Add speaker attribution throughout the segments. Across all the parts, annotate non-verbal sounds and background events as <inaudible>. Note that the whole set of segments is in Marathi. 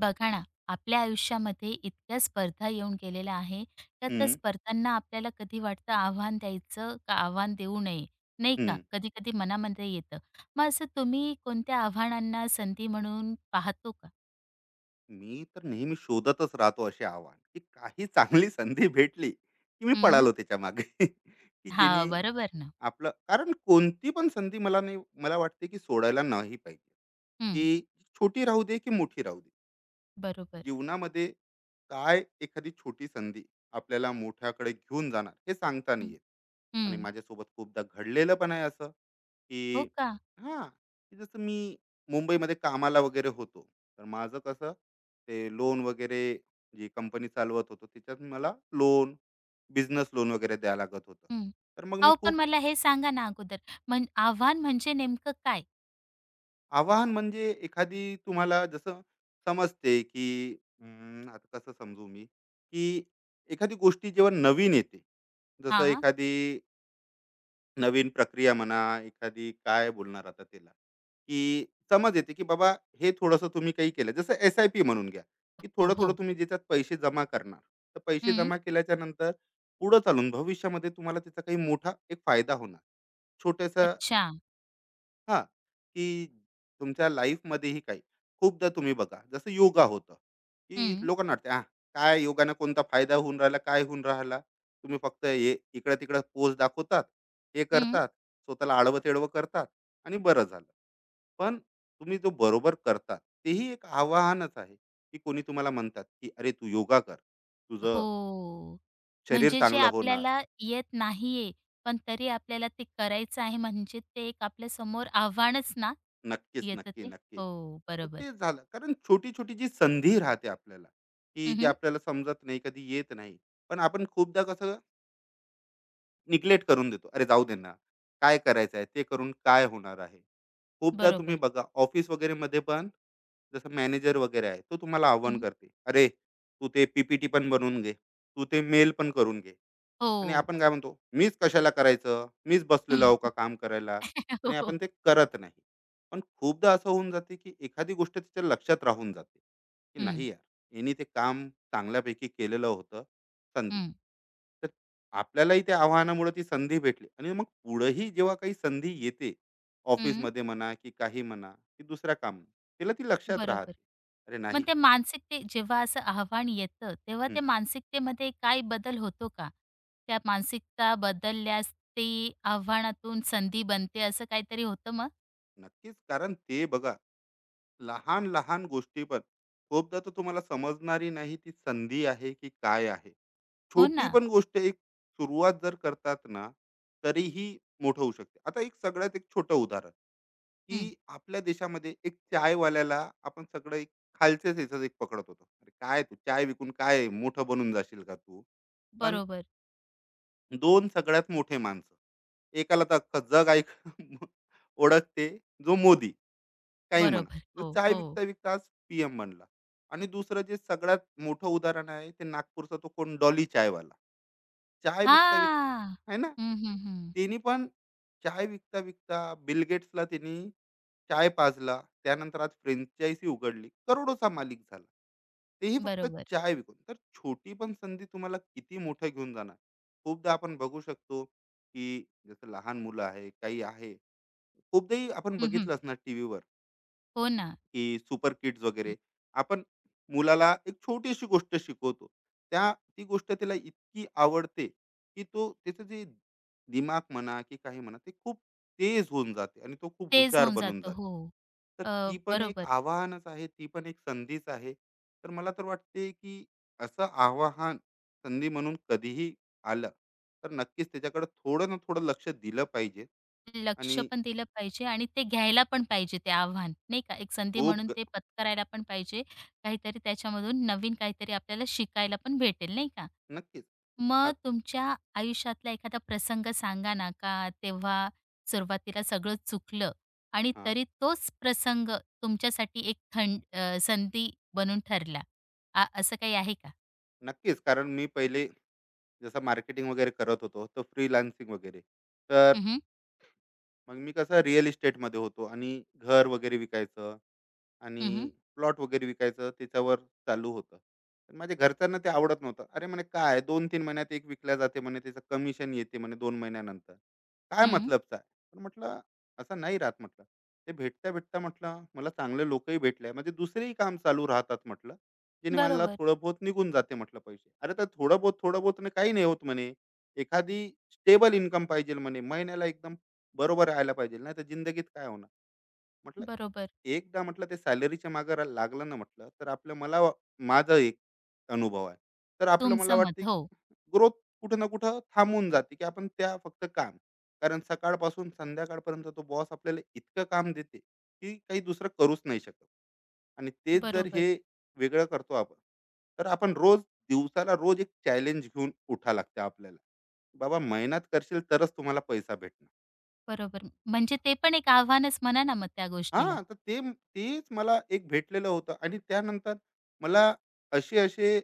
Speaker 1: बघा ना, आपल्या आयुष्यामध्ये इतक्या स्पर्धा येऊन गेलेल्या आहे, का त्या
Speaker 2: हं,
Speaker 1: स्पर्धांना आपल्याला कधी वाटतं आव्हान द्यायचं का आव्हान देऊ नये, नाही का?
Speaker 2: हं.
Speaker 1: कधी-कधी मनामध्ये येतं. मग असं तुम्ही कोणत्या आव्हानांना संधी म्हणून पाहतो का?
Speaker 2: मी तर नेहमी शोधतच राहतो असे आव्हान, की काही चांगली संधी भेटली, की मी
Speaker 1: हं.
Speaker 2: पळालो त्याच्यामागे. <laughs> की
Speaker 1: हां,
Speaker 2: जेणे
Speaker 1: बरोबर ना.
Speaker 2: आपलं कारण कोणती पण संधी मला नाही मला वाटते, की सोडायला नाही पाहिजे.
Speaker 1: हं,
Speaker 2: की छोटी राहू दे, की मोठी राहू दे.
Speaker 1: बरोबर.
Speaker 2: जीवनामध्ये काय एखादी छोटी संधी आपल्याला मोठ्याकडे घेऊन जाणार हे सांगता नाही
Speaker 1: हं,
Speaker 2: येत. आणि
Speaker 1: हं.
Speaker 2: माझ्यासोबत खूपदा घडलेलं पण आहे असं
Speaker 1: हो
Speaker 2: की
Speaker 1: का?
Speaker 2: हां की जसं मी मुंबईमध्ये कामाला वगैरे होतो, तर माझं कसं ते लोन वगैरे जी कंपनी चालवत होतो त्याच्यात मला लोन बिझनेस लोन वगैरे द्यायला लागत होतं.
Speaker 1: हं.
Speaker 2: तर मग मी
Speaker 1: अहो, पण
Speaker 2: खूप
Speaker 1: मला हे सांगा ना अगोदर, म्हण आव्हान म्हणजे नेमकं काय?
Speaker 2: आव्हान म्हणजे एखादी तुम्हाला जसं समजते, की आता कसं समजू मी, की एखादी गोष्टी जेव्हा नवीन येते, जसं
Speaker 1: हां.
Speaker 2: एखादी नवीन प्रक्रिया म्हणा, एखादी काय बोलणार आता त्याला, की समज येते, की बाबा हे थोडंसं तुम्ही काही केलं. जसं एस-आय-पी म्हणून घ्या, की
Speaker 1: हो,
Speaker 2: थोडं-थोडं
Speaker 1: हो.
Speaker 2: तुम्ही ज्याच्यात पैसे जमा करणार. तर पैसे
Speaker 1: हं.
Speaker 2: जमा केल्याच्यानंतर पुढं चालून भविष्यामध्ये तुम्हाला त्याचा काही मोठा एक फायदा होणार. छोट्यासा
Speaker 1: अच्छा.
Speaker 2: हां, की तुमच्या लाईफमध्येही काही. खूपदा तुम्ही बघा, जसं योगा होतं, की
Speaker 1: हं,
Speaker 2: लोकांना वाटते, "आह, काय योगाने कोणता फायदा होऊन राहिला, काय होऊन राहिला?" तुम्ही फक्त हे इकडं-तिकडं पोज दाखवतात, हे
Speaker 1: हं.
Speaker 2: करतात, स्वतःला आडवं-तेडवं करतात आणि बरं झालं. पण तुम्ही जो बरोबर करतात, तेही एक आव्हानच आहे, की कोणी तुम्हाला म्हणतात, की "अरे, तू योगा कर. तुझं
Speaker 1: हो.
Speaker 2: शरीर
Speaker 1: म्हणजे जे
Speaker 2: चांगलं होणार,
Speaker 1: आपल्याला येत नाहीये, पण तरी आपल्याला ते करायचं आहे म्हणजे ते एक आपल्यासमोर आव्हानच ना,
Speaker 2: नक्कीच,
Speaker 1: येतं
Speaker 2: नक्की,
Speaker 1: ते.
Speaker 2: नक्की.
Speaker 1: हो,
Speaker 2: तर
Speaker 1: बरोबर.
Speaker 2: तेच झालं. कारण छोटी-छोटी जी संधी राहते आपल्याला, की
Speaker 1: हं,
Speaker 2: जे
Speaker 1: हं.
Speaker 2: आपल्याला समजत नाही, कधी येत नाही. पण आपण खूपदा कसं निग्लेक्ट करून देतो. "अरे, जाऊ दे ना. काय करायचं आहे? ते करून काय होणार आहे?" खूपदा तुम्ही
Speaker 1: बरोबर.
Speaker 2: बघा ऑफिस वगैरेमध्ये पण जसं मॅनेजर वगैरे आहे, तो तुम्हाला आव्हान
Speaker 1: हं.
Speaker 2: करते. "अरे, तू ते पी पण बनवून घे. तू ते मेल पण करून घे." आणि
Speaker 1: हो.
Speaker 2: आपण काय म्हणतो, मीच कशाला करायचं, मीच बसलेलो आहो का
Speaker 1: <laughs>
Speaker 2: काम करायला आणि
Speaker 1: हो.
Speaker 2: आपण ते करत नाही. पण खूपदा असं होऊन जाते, की एखादी गोष्ट तिच्या लक्षात राहून जाते, की
Speaker 1: हं,
Speaker 2: नाही यार, हिने ते काम चांगल्यापैकी केलेलं होतं, संधी.
Speaker 1: हं,
Speaker 2: तर आपल्यालाही त्या आव्हानामुळे ती संधी भेटली आणि मग पुढेही जेव्हा काही संधी येते,
Speaker 1: हं.
Speaker 2: ऑफिसमध्ये म्हणा की काही म्हणा, की दुसऱ्या काम तिला ती लक्षात
Speaker 1: बरोबर.
Speaker 2: राहते. अरे
Speaker 1: मग
Speaker 2: नाही
Speaker 1: ते मानसिकते जेव्हा असं आव्हान येतं, तेव्हा
Speaker 2: हं,
Speaker 1: ते मानसिकतेमध्ये काय बदल होतो का? त्या मानसिकता बदलल्यास ते आव्हानातून संधी बनते असं काहीतरी होतं मग?
Speaker 2: नक्कीच कारण ते बघा लहान लहान गोष्टी पण खूपदा तर तुम्हाला समजणारी नाही ती संधी आहे की काय आहे
Speaker 1: हो
Speaker 2: छोटी
Speaker 1: ना.
Speaker 2: पण गोष्ट एक सुरुवात जर करतात ना तरीही मोठं होऊ शकते. आता एक सगळ्यात एक छोटं उदाहरण, की
Speaker 1: हं.
Speaker 2: आपल्या देशामध्ये एक चायवाल्याला आपण सगळं एक खालच्याच याच्यात एक पकडत होतो, अरे काय तू चाय विकून काय मोठं बनून जाशील का तू. पण
Speaker 1: बरोबर.
Speaker 2: दोन सगळ्यात मोठे माणसं, एकाला तर अख्खं जग ऐक <laughs> ओळखते, जो मोदी काही म्हणा,
Speaker 1: बरोबर.
Speaker 2: जो
Speaker 1: हो,
Speaker 2: चाय
Speaker 1: हो.
Speaker 2: विकता विकता आज पीएम बनला. आणि दुसरं जे सगळ्यात मोठं उदाहरण आहे ते नागपूरचा तो कोण डॉली चायवाला. चाय विकता विक
Speaker 1: हां.
Speaker 2: आहे ना,
Speaker 1: हं, हं, हं.
Speaker 2: त्यांनी पण चाय विकता विकता बिल गेट्सला त्यांनी चाय पाजला, त्यानंतर आज फ्रेंचायझी उघडली, करोडोचा मालिक झाला, तेही फक्त
Speaker 1: बरोबर.
Speaker 2: चाय विकून. तर छोटी पण संधी तुम्हाला किती मोठं घेऊन जाणार, खूपदा आपण बघू शकतो की जसं लहान मुलं आहे काही आहे, खूपदाही आपण
Speaker 1: हं, हं.
Speaker 2: बघितलं असणार टी व्हीवर,
Speaker 1: हो ना.
Speaker 2: की सुपर किड्स वगैरे. आपण मुलाला एक छोटीशी गोष्ट शिकवतो, त्या ती गोष्ट त्याला इतकी आवडते की तो त्याचं जे दिमाग म्हणा की काही म्हणा ते खूप तेज होऊन जाते आणि तो खूप
Speaker 1: तेज
Speaker 2: हुशार
Speaker 1: होऊन
Speaker 2: बनून
Speaker 1: जातं.
Speaker 2: जाते.
Speaker 1: हो.
Speaker 2: तर
Speaker 1: अ,
Speaker 2: ती पण एक
Speaker 1: बरोबर.
Speaker 2: आव्हानच आहे, ती पण एक संधीच आहे. तर मला तर वाटते की असं आव्हान संधी म्हणून कधीही आलं तर नक्कीच त्याच्याकडे थोडं ना थोडं लक्ष दिलं पाहिजे.
Speaker 1: लक्ष
Speaker 2: आणि
Speaker 1: पण दिलं पाहिजे आणि ते घ्यायला पण पाहिजे ते आव्हान, नाही का? एक संधी
Speaker 2: खूप
Speaker 1: म्हणून
Speaker 2: ग-
Speaker 1: ते पत्करायला पण पाहिजे. काहीतरी त्याच्यामधून नवीन काहीतरी आपल्याला शिकायला पण भेटेल, नाही का?
Speaker 2: नक्कीच
Speaker 1: मग
Speaker 2: आत-
Speaker 1: तुमच्या आयुष्यातला एखादा प्रसंग सांगा ना, का तेव्हा सुरुवातीला सगळं चुकलं आणि
Speaker 2: हा
Speaker 1: तरी तोच प्रसंग तुमच्यासाठी एक थंड संधी बनून ठरला. आ असं काही आहे का?
Speaker 2: नक्कीच. कारण मी पहिले जसं मार्केटिंग वगैरे करत होतो, तर फ्रीलान्सिंग वगैरे. तर
Speaker 1: हं, हं.
Speaker 2: मग मी कसं रिअल इस्टेटमध्ये होतो आणि घर वगैरे विकायचं, आणि
Speaker 1: हं,
Speaker 2: प्लॉट वगैरे विकायचं त्याच्यावर चालू होतं. पण माझ्या घरच्यांना ते आवडत नव्हतं, अरे म्हणे काय दोन तीन महिन्यात एक विकल्या जाते म्हणे त्याचं कमिशन येते म्हणे दोन महिन्यानंतर, काय मतलबचा आहे. पण म्हटलं असं नाही राहत म्हटलं, ते भेटता भेटता म्हटलं मला चांगले लोकही भेटले म्हणजे दुसरेही काम चालू राहतात म्हटलं, जेणे मला
Speaker 1: बरोबर,
Speaker 2: थोडं बहुत निघून जाते म्हटलं पैसे, अरे तर थोडं बहुत थोडं बहुत ने काही नाही होत म्हणे, एखादी स्टेबल इन्कम पाहिजे म्हणे महिन्याला एकदम बरोबर राहायला पाहिजे नाही तर जिंदगीत काय होणार म्हटलं.
Speaker 1: बरोबर.
Speaker 2: एकदा म्हटलं ते सॅलरीच्या मागे लागलं ना म्हटलं, तर आपलं माझा एक अनुभव आहे. तर आपलं
Speaker 1: तुमचं
Speaker 2: मला
Speaker 1: मत.
Speaker 2: वाटते
Speaker 1: हो,
Speaker 2: की ग्रोथ कुठं ना कुठं थांबून जाते, की आपण त्या फक्त काम, कारण सकाळपासून संध्याकाळपर्यंत तो बॉस आपल्याला इतकं काम देते की काही दुसरं करूच नाही शकत. आणि तेच जर हे
Speaker 1: बरोबर.
Speaker 2: वेगळं करतो आपण, तर आपण रोज दिवसाला रोज एक चॅलेंज घेऊन उठा लागते आपल्याला, बाबा मेहनत करशील तरच तुम्हाला पैसा भेटणार.
Speaker 1: बरोबर. म्हणजे ते पण एक आव्हानच म्हणा ना मग त्या
Speaker 2: हां,
Speaker 1: गोष्टीला.
Speaker 2: तर ते तेच मला एक भेटलेलं होतं. आणि त्यानंतर मला असे असे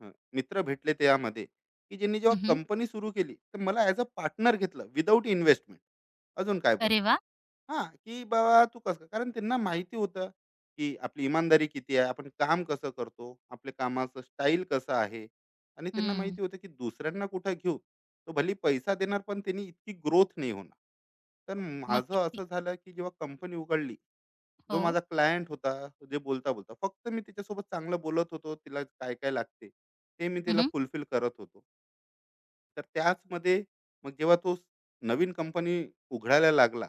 Speaker 2: अ, मित्र भेटले त्यामध्ये, की ज्यांनी जेव्हा
Speaker 1: हं,
Speaker 2: कंपनी सुरू केली, तर मला ॲज अ पार्टनर घेतलं विदाऊट इन्व्हेस्टमेंट. अजून काय
Speaker 1: अरे
Speaker 2: बोलणार?
Speaker 1: वा,
Speaker 2: हां, की बाबा तू कसं, कारण त्यांना माहिती होतं, की आपली इमानदारी किती आहे, आपण काम कसं करतो, आपल्या कामाचं स्टाईल कसं आहे. आणि त्यांना
Speaker 1: हं.
Speaker 2: माहिती होतं, की दुसऱ्यांना कुठं घेऊ, तो भली पैसा देणार पण त्यांनी इतकी ग्रोथ नाही होणार. तर
Speaker 1: मग
Speaker 2: माझं
Speaker 1: किती
Speaker 2: असं झालं, की जेव्हा कंपनी उघडली, जो
Speaker 1: हो.
Speaker 2: माझा क्लायंट होता, जे बोलता-बोलता फक्त मी तिच्यासोबत चांगलं बोलत होतो, तिला काय-काय लागते, ते मी
Speaker 1: हं,
Speaker 2: तिला
Speaker 1: हं.
Speaker 2: फुलफिल करत होतो. तर त्याचमध्ये मग जेव्हा तो नवीन कंपनी उघडायला लागला,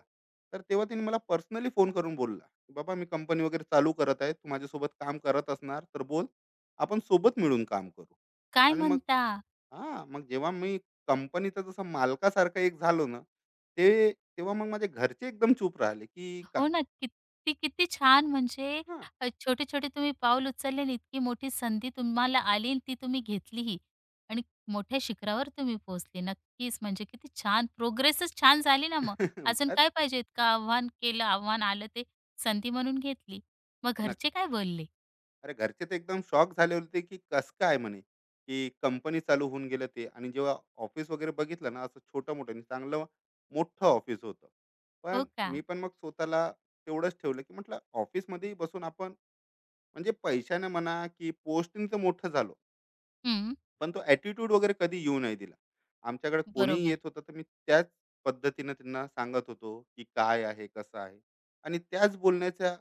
Speaker 2: तर तेव्हा त्यांनी मला पर्सनली फोन करून बोलला, की "बाबा मी कंपनी वगैरे चालू करत आहे. तू माझ्यासोबत काम करत असणार तर बोल, आपण सोबत मिळून काम करू."
Speaker 1: काय
Speaker 2: आणि मग
Speaker 1: म्हणता?
Speaker 2: हां, मग जेव्हा मी कंपनीचा जसा मालकासारखा एक झालो ना, ते तेव्हा मग माझे घरचे एकदम चूप राहिले, की
Speaker 1: हो
Speaker 2: "काय?"
Speaker 1: ना. किती, किती छान म्हणजे
Speaker 2: हां.
Speaker 1: छोटे-छोटे तुम्ही पाऊल उचलले आणि इतकी मोठी संधी तुम्हाला आली आणि ती तुम्ही घेतलीही आणि मोठ्या शिखरावर तुम्ही पोहोचले. नक्कीच म्हणजे किती छान प्रोग्रेसच छान झाली ना मग. अजून
Speaker 2: <laughs>
Speaker 1: काय पाहिजे इतकं आव्हान केलं, आव्हान आलं ते संधी म्हणून घेतली. मग घरचे काय बोलले?
Speaker 2: अरे घरचे तर एकदम शॉक झाले होते की कसं काय म्हणे की कंपनी चालू होऊन गेलं ते. आणि जेव्हा ऑफिस वगैरे बघितलं ना असं छोटं मोठं आणि चांगलं मोठं ऑफिस होतं.
Speaker 1: हो
Speaker 2: पण
Speaker 1: का?
Speaker 2: मी पण मग स्वतःला तेवढंच ठेवलं की म्हटलं ऑफिसमध्येही बसून आपण, म्हणजे पैशाने म्हणा की पोस्टिंग मोठं झालो,
Speaker 1: हं.
Speaker 2: पण तो ॲटिट्यूड वगैरे कधी येऊ नाही दिला. आमच्याकडे कोणीही येत
Speaker 1: बरोबर.
Speaker 2: होतं तर मी त्याच पद्धतीनं त्यांना सांगत होतो की काय आहे कसं आहे. आणि त्याच बोलण्याच्या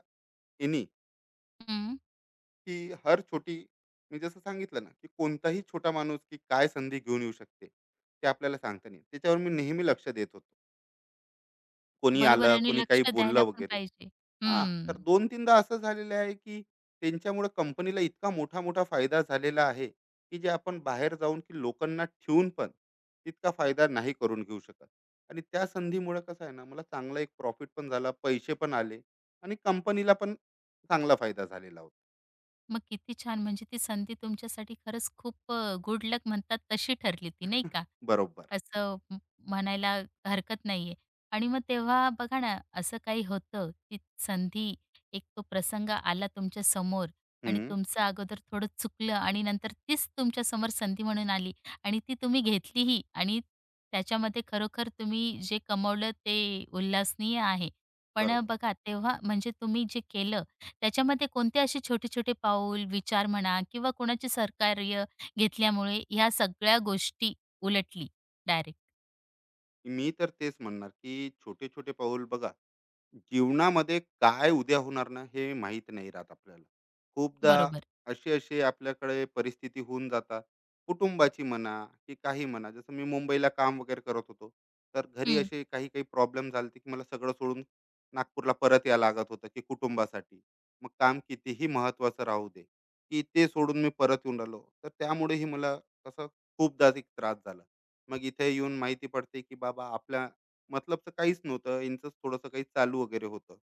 Speaker 2: इनी,
Speaker 1: हं.
Speaker 2: की हर छोटी, मी जसं सांगितलं ना की कोणताही छोटा माणूस की काय संधी घेऊन येऊ शकते ते आपल्याला सांगता नाही येत. त्याच्यावर मी नेहमी लक्ष देत होतो, कोणी
Speaker 1: बरोबर
Speaker 2: आलं
Speaker 1: आणि
Speaker 2: कोणी
Speaker 1: लक्ष
Speaker 2: काही बोललं
Speaker 1: द्यायला पण
Speaker 2: वगैरे.
Speaker 1: पाहिजे.
Speaker 2: हा,
Speaker 1: हं.
Speaker 2: तर दोन तीनदा असं झालेलं आहे की त्यांच्यामुळे कंपनीला इतका मोठा मोठा फायदा झालेला आहे की जे आपण बाहेर जाऊन की लोकांना ठेवून पण तितका फायदा नाही करून घेऊ शकत. आणि त्या संधीमुळे कसं आहे ना, मला चांगला एक प्रॉफिट पण झाला, पैसे पण आले, आणि कंपनीला पण चांगला फायदा झालेला होता.
Speaker 1: मग किती छान! म्हणजे ती संधी तुमच्यासाठी खरंच खूप गुड लक म्हणतात तशी ठरली ती नाही का?
Speaker 2: बरोबर.
Speaker 1: असं म म्हणायला हरकत नाहीये. आणि मग तेव्हा बघा ना, असं काही होतं, ती संधी, एक तो प्रसंग आला तुमच्या समोर आणि
Speaker 2: हम्म.
Speaker 1: तुमचं अगोदर थोडं चुकलं आणि नंतर तीच तुमच्यासमोर संधी म्हणून आली आणि ती तुम्ही घेतलीही आणि त्याच्यामध्ये खरोखर तुम्ही जे कमवलं ते उल्हासनीय आहे. पण
Speaker 2: बरोबर.
Speaker 1: बघा तेव्हा म्हणजे तुम्ही जे केलं त्याच्यामध्ये कोणते असे छोटे-छोटे पाऊल, विचार म्हणा किंवा कोणाचे सहकार्य घेतल्यामुळे ह्या सगळ्या गोष्टी उलटली डायरेक्ट.
Speaker 2: मी तर तेच म्हणणार की छोटे छोटे पाऊल बघा, जीवनामध्ये काय उद्या होणार ना हे माहीत नाही राहत आपल्याला. खूपदा
Speaker 1: बरोबर.
Speaker 2: अशी अशी आपल्याकडे परिस्थिती होऊन जातात. कुटुंबाची म्हणा की काही म्हणा, जसं मी मुंबईला काम वगैरे करत होतो. तर घरी
Speaker 1: हं,
Speaker 2: असे काही काही प्रॉब्लेम झालते की मला सगळं सोडून नागपूरला परत यावं लागत होतं की कुटुंबासाठी. मग काम कितीही महत्त्वाचं राहू दे, की ते सोडून मी परत येऊन राहिलो. तर त्यामुळेही मला कसं खूपदा एक त्रास झाला. मग इथे येऊन माहिती पडते की बाबा आपल्या मतलबचं काहीच नव्हतं. यांचंच थोडंसं काही चालू वगैरे होतं.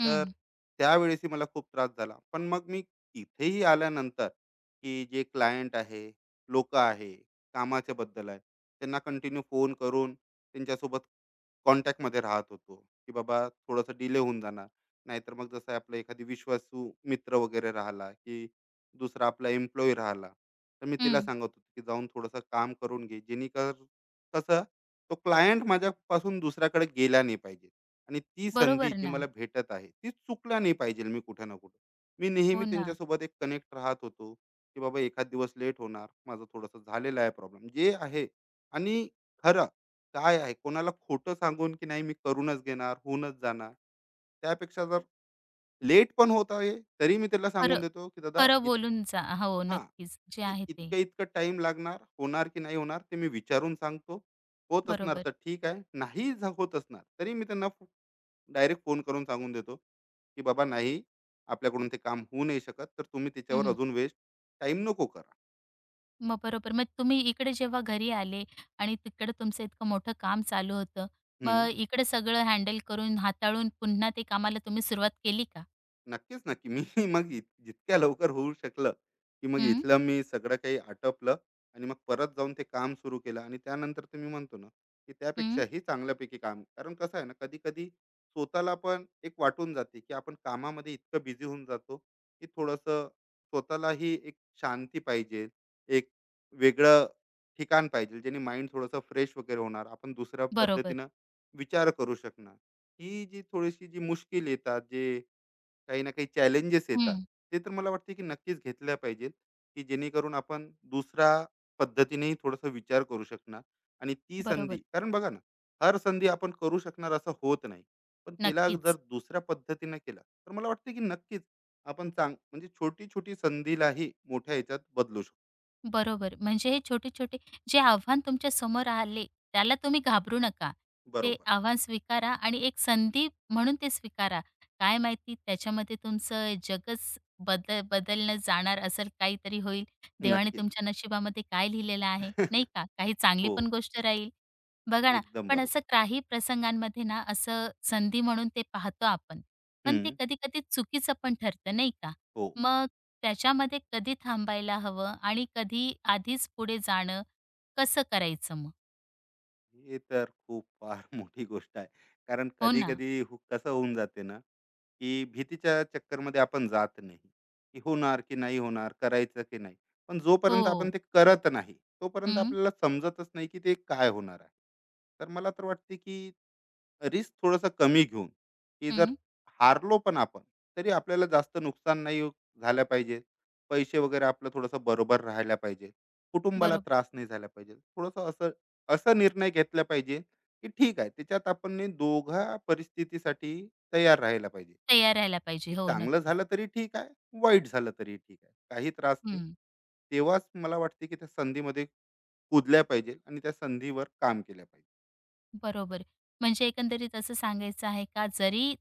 Speaker 1: हं,
Speaker 2: तर त्यावेळेसही मला खूप त्रास झाला. पण मग मी इथेही आल्यानंतर, की जे क्लायंट आहे, लोकं आहे, कामाच्याबद्दल आहे, त्यांना कंटिन्यू फोन करून त्यांच्यासोबत कॉन्टॅक्टमध्ये राहत होतो, की बाबा थोडंसं डिले होऊन जाणार. नाहीतर मग जसं आहे आपलं एखादी विश्वासू मित्र वगैरे राहिला, की दुसरा आपला एम्प्लॉयी राहिला, तर मी तिला
Speaker 1: हं.
Speaker 2: सांगत होतो, की जाऊन थोडंसं काम करून घे. जेणेकर कसं तो क्लायंट माझ्यापासून दुसऱ्याकडे गेला नाही पाहिजे, आणि ती संधी
Speaker 1: बरोबर
Speaker 2: जी
Speaker 1: ना.
Speaker 2: मला भेटत आहे ती चुकला नाही पाहिजे मी कुठं ना कुठं. मी नेहमी
Speaker 1: हो ना.
Speaker 2: त्यांच्यासोबत एक कनेक्ट राहत होतो की बाबा एखाद दिवस लेट होणार, माझं थोडंसं झालेलं आहे प्रॉब्लेम जे आहे. आणि खरं काय आहे, कोणाला खोटं सांगून की नाही मी करूनच घेणार होऊनच जाणार, त्यापेक्षा जर लेट पण होत आहे तरी मी त्याला सांगून
Speaker 1: खरं
Speaker 2: देतो की दादा
Speaker 1: खरं बोलून जा. हो,
Speaker 2: हां,
Speaker 1: नक्कीच. जे
Speaker 2: की
Speaker 1: आहे ते.
Speaker 2: इतकं, इतकं टाईम लागणार, होणार की नाही होणार ते मी विचारून सांगतो. होत असणार
Speaker 1: बरोबर.
Speaker 2: तर ठीक आहे, नाही झ होत असणार तरी मी त्यांना डायरेक्ट फोन करून सांगून देतो, की "बाबा नाही, आपल्याकडून ते काम होऊ नाही शकत, तर तुम्ही
Speaker 1: हं,
Speaker 2: त्याच्यावर
Speaker 1: हं.
Speaker 2: अजून वेस्ट टाइम नको करा."
Speaker 1: मग बरोबर. मग तुम्ही इकडे जेव्हा घरी आले आणि तिकडे तुमचं इतकं मोठं काम चालू होतं.
Speaker 2: हं.
Speaker 1: मग इकडे सगळं हँडल करून, हाताळून पुन्हा ते कामाला तुम्ही सुरुवात केली का?
Speaker 2: नक्कीच, नक्की. मी <laughs> मग जितक्या लवकर होऊ शकलं, की मग
Speaker 1: हं,
Speaker 2: इथलं मी सगळं काही आटपलं आणि मग परत जाऊन ते काम सुरू केलं. आणि त्यानंतर तर मी म्हणतो ना, की
Speaker 1: हं.
Speaker 2: त्यापेक्षाही चांगल्यापैकी काम, कारण कसं आहे ना, कधी-कधी स्वतःला पण एक वाटून जाते, की आपण कामामध्ये इतकं बिझी होऊन जातो, की थोडंसं स्वतःलाही एक शांती पाहिजे, एक वेगळं ठिकाण पाहिजे, ज्याने माइंड थोडंसं फ्रेश वगैरे होणार. आपण दुसऱ्या
Speaker 1: बरोबर.
Speaker 2: पद्धतीनं विचार करू शकणार. ही जी थोडीशी जी मुश्किल येतात, जे काही ना काही चॅलेंजेस येतात,
Speaker 1: हं,
Speaker 2: ते तर मला वाटते की नक्कीच घेतल्या पाहिजेत, की जेणेकरून आपण दुसऱ्या पद्धतीनेही थोडासा विचार करू शकणार. आणि ती संधी,
Speaker 1: बरोबर.
Speaker 2: कारण बघा ना, हर संधी आपण करू शकणार असं होत नाही, पण तिला जर
Speaker 1: नक्कीच.
Speaker 2: दुसऱ्या पद्धतीने केला तर मला वाटते की नक्कीच आपण चांग म्हणजे छोटी छोटी संधीलाही मोठ्या ह्याच्यात बदलू शकतो.
Speaker 1: बरोबर. म्हणजे हे छोटे-छोटे जे आव्हान तुमच्या समोर आले, त्याला तुम्ही घाबरू नका. ते
Speaker 2: बरोबर.
Speaker 1: आव्हान स्वीकारा आणि एक संधी म्हणून ते स्वीकारा. काय माहिती त्याच्यामध्ये तुमचं जगच बदलणं जाणार असेल काहीतरी होईल. देवाने
Speaker 2: नक्कीच.
Speaker 1: तुमच्या नशिबामध्ये काय लिहिलेलं आहे, नाही
Speaker 2: <laughs>
Speaker 1: का? काही चांगली
Speaker 2: हो.
Speaker 1: पण गोष्ट राहील. बघा ना,
Speaker 2: एकदम
Speaker 1: पण
Speaker 2: बरोबर.
Speaker 1: असं काही प्रसंगांमध्ये ना, असं संधी म्हणून ते पाहतो आपण. पण ते
Speaker 2: हम्म.
Speaker 1: कधी-कधी चुकीचं पण ठरतं, नाही का?
Speaker 2: हो.
Speaker 1: मग त्याच्यामध्ये कधी थांबायला हवं आणि कधी आधीच पुढे जाणं कसं करायचं मग?
Speaker 2: हे तर खूप फार <laughs> मोठी गोष्ट आहे. कारण
Speaker 1: हो ना.
Speaker 2: कधी-कधी कसं होऊन जाते ना, की भीतीच्या चक्करमध्ये आपण जात नाही, की होणार की नाही होणार, करायचं की नाही. पण जोपर्यंत आपण
Speaker 1: हो.
Speaker 2: ते करत नाही, तोपर्यंत
Speaker 1: हं,
Speaker 2: आपल्याला समजतच नाही की ते काय होणार आहे. तर मला तर वाटते की रिस्क थोडासा कमी घेऊन, की जर
Speaker 1: हं.
Speaker 2: हारलो पण आपण तरी आपल्याला जास्त नुकसान नाही झालं पाहिजे, पैसे वगैरे आपलं थोडंसं बरोबर राहायला पाहिजे, कुटुंबाला
Speaker 1: बरोबर.
Speaker 2: त्रास नाही झाला पाहिजे, थोडंसं असं असा निर्णय घेतला पाहिजे, की ठीक आहे त्याच्यात आपण नी दोघा परिस्थितीसाठी तयार राहायला पाहिजे.
Speaker 1: तयार राहायला पाहिजे.
Speaker 2: की
Speaker 1: हो,
Speaker 2: चांगलं
Speaker 1: नक्कीच.
Speaker 2: झालं तरी ठीक आहे, वाईट झालं तरी ठीक आहे, काही त्रास नाही.
Speaker 1: हं.
Speaker 2: तेव्हाच मला वाटते की त्या संधीमध्ये कुदल्या पाहिजे आणि त्या संधीवर काम केल्या पाहिजे.
Speaker 1: बरोबर. म्हणजे एकंदरीत असं सांगायचं आहे का जरी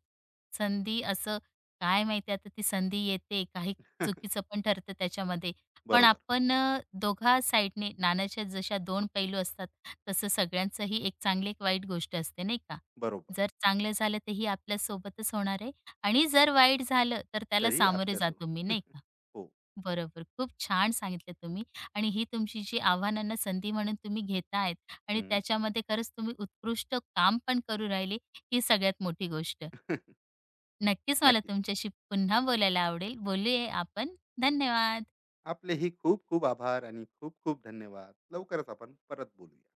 Speaker 1: संधी असं काय माहिती आता ती संधी येते, काही चुकीचं
Speaker 2: <laughs>
Speaker 1: पण ठरतं त्याच्यामध्ये. पण
Speaker 2: बरोबर.
Speaker 1: आपण दोघा साईडने नाण्याच्या जशा दोन पैलू असतात, तसं सगळ्यांचंही एक चांगली एक वाईट गोष्ट असते नाही का?
Speaker 2: बरोबर.
Speaker 1: जर चांगलं झालं तर ही आपल्यासोबतच होणार आहे आणि जर वाईट झालं तर त्याला
Speaker 2: तरी
Speaker 1: सामोरे जा तुम्ही
Speaker 2: आपल्यासोबत.
Speaker 1: नाही
Speaker 2: <laughs>
Speaker 1: का?
Speaker 2: हो.
Speaker 1: बरोबर. खूप छान सांगितलं तुम्ही आणि ही तुमची जी आव्हानांना संधी म्हणून तुम्ही घेताय आणि
Speaker 2: हम्म.
Speaker 1: त्याच्यामध्ये खरंच तुम्ही उत्कृष्ट काम पण करू राहिले, ही सगळ्यात मोठी गोष्ट.
Speaker 2: <laughs>
Speaker 1: नक्कीच मला
Speaker 2: नक्कीच.
Speaker 1: तुमच्याशी पुन्हा बोलायला आवडेल. बोलूया आपण. धन्यवाद.
Speaker 2: आपलेही खूप खूप आभार आणि खूप खूप धन्यवाद. लवकरच आपण परत बोलूया.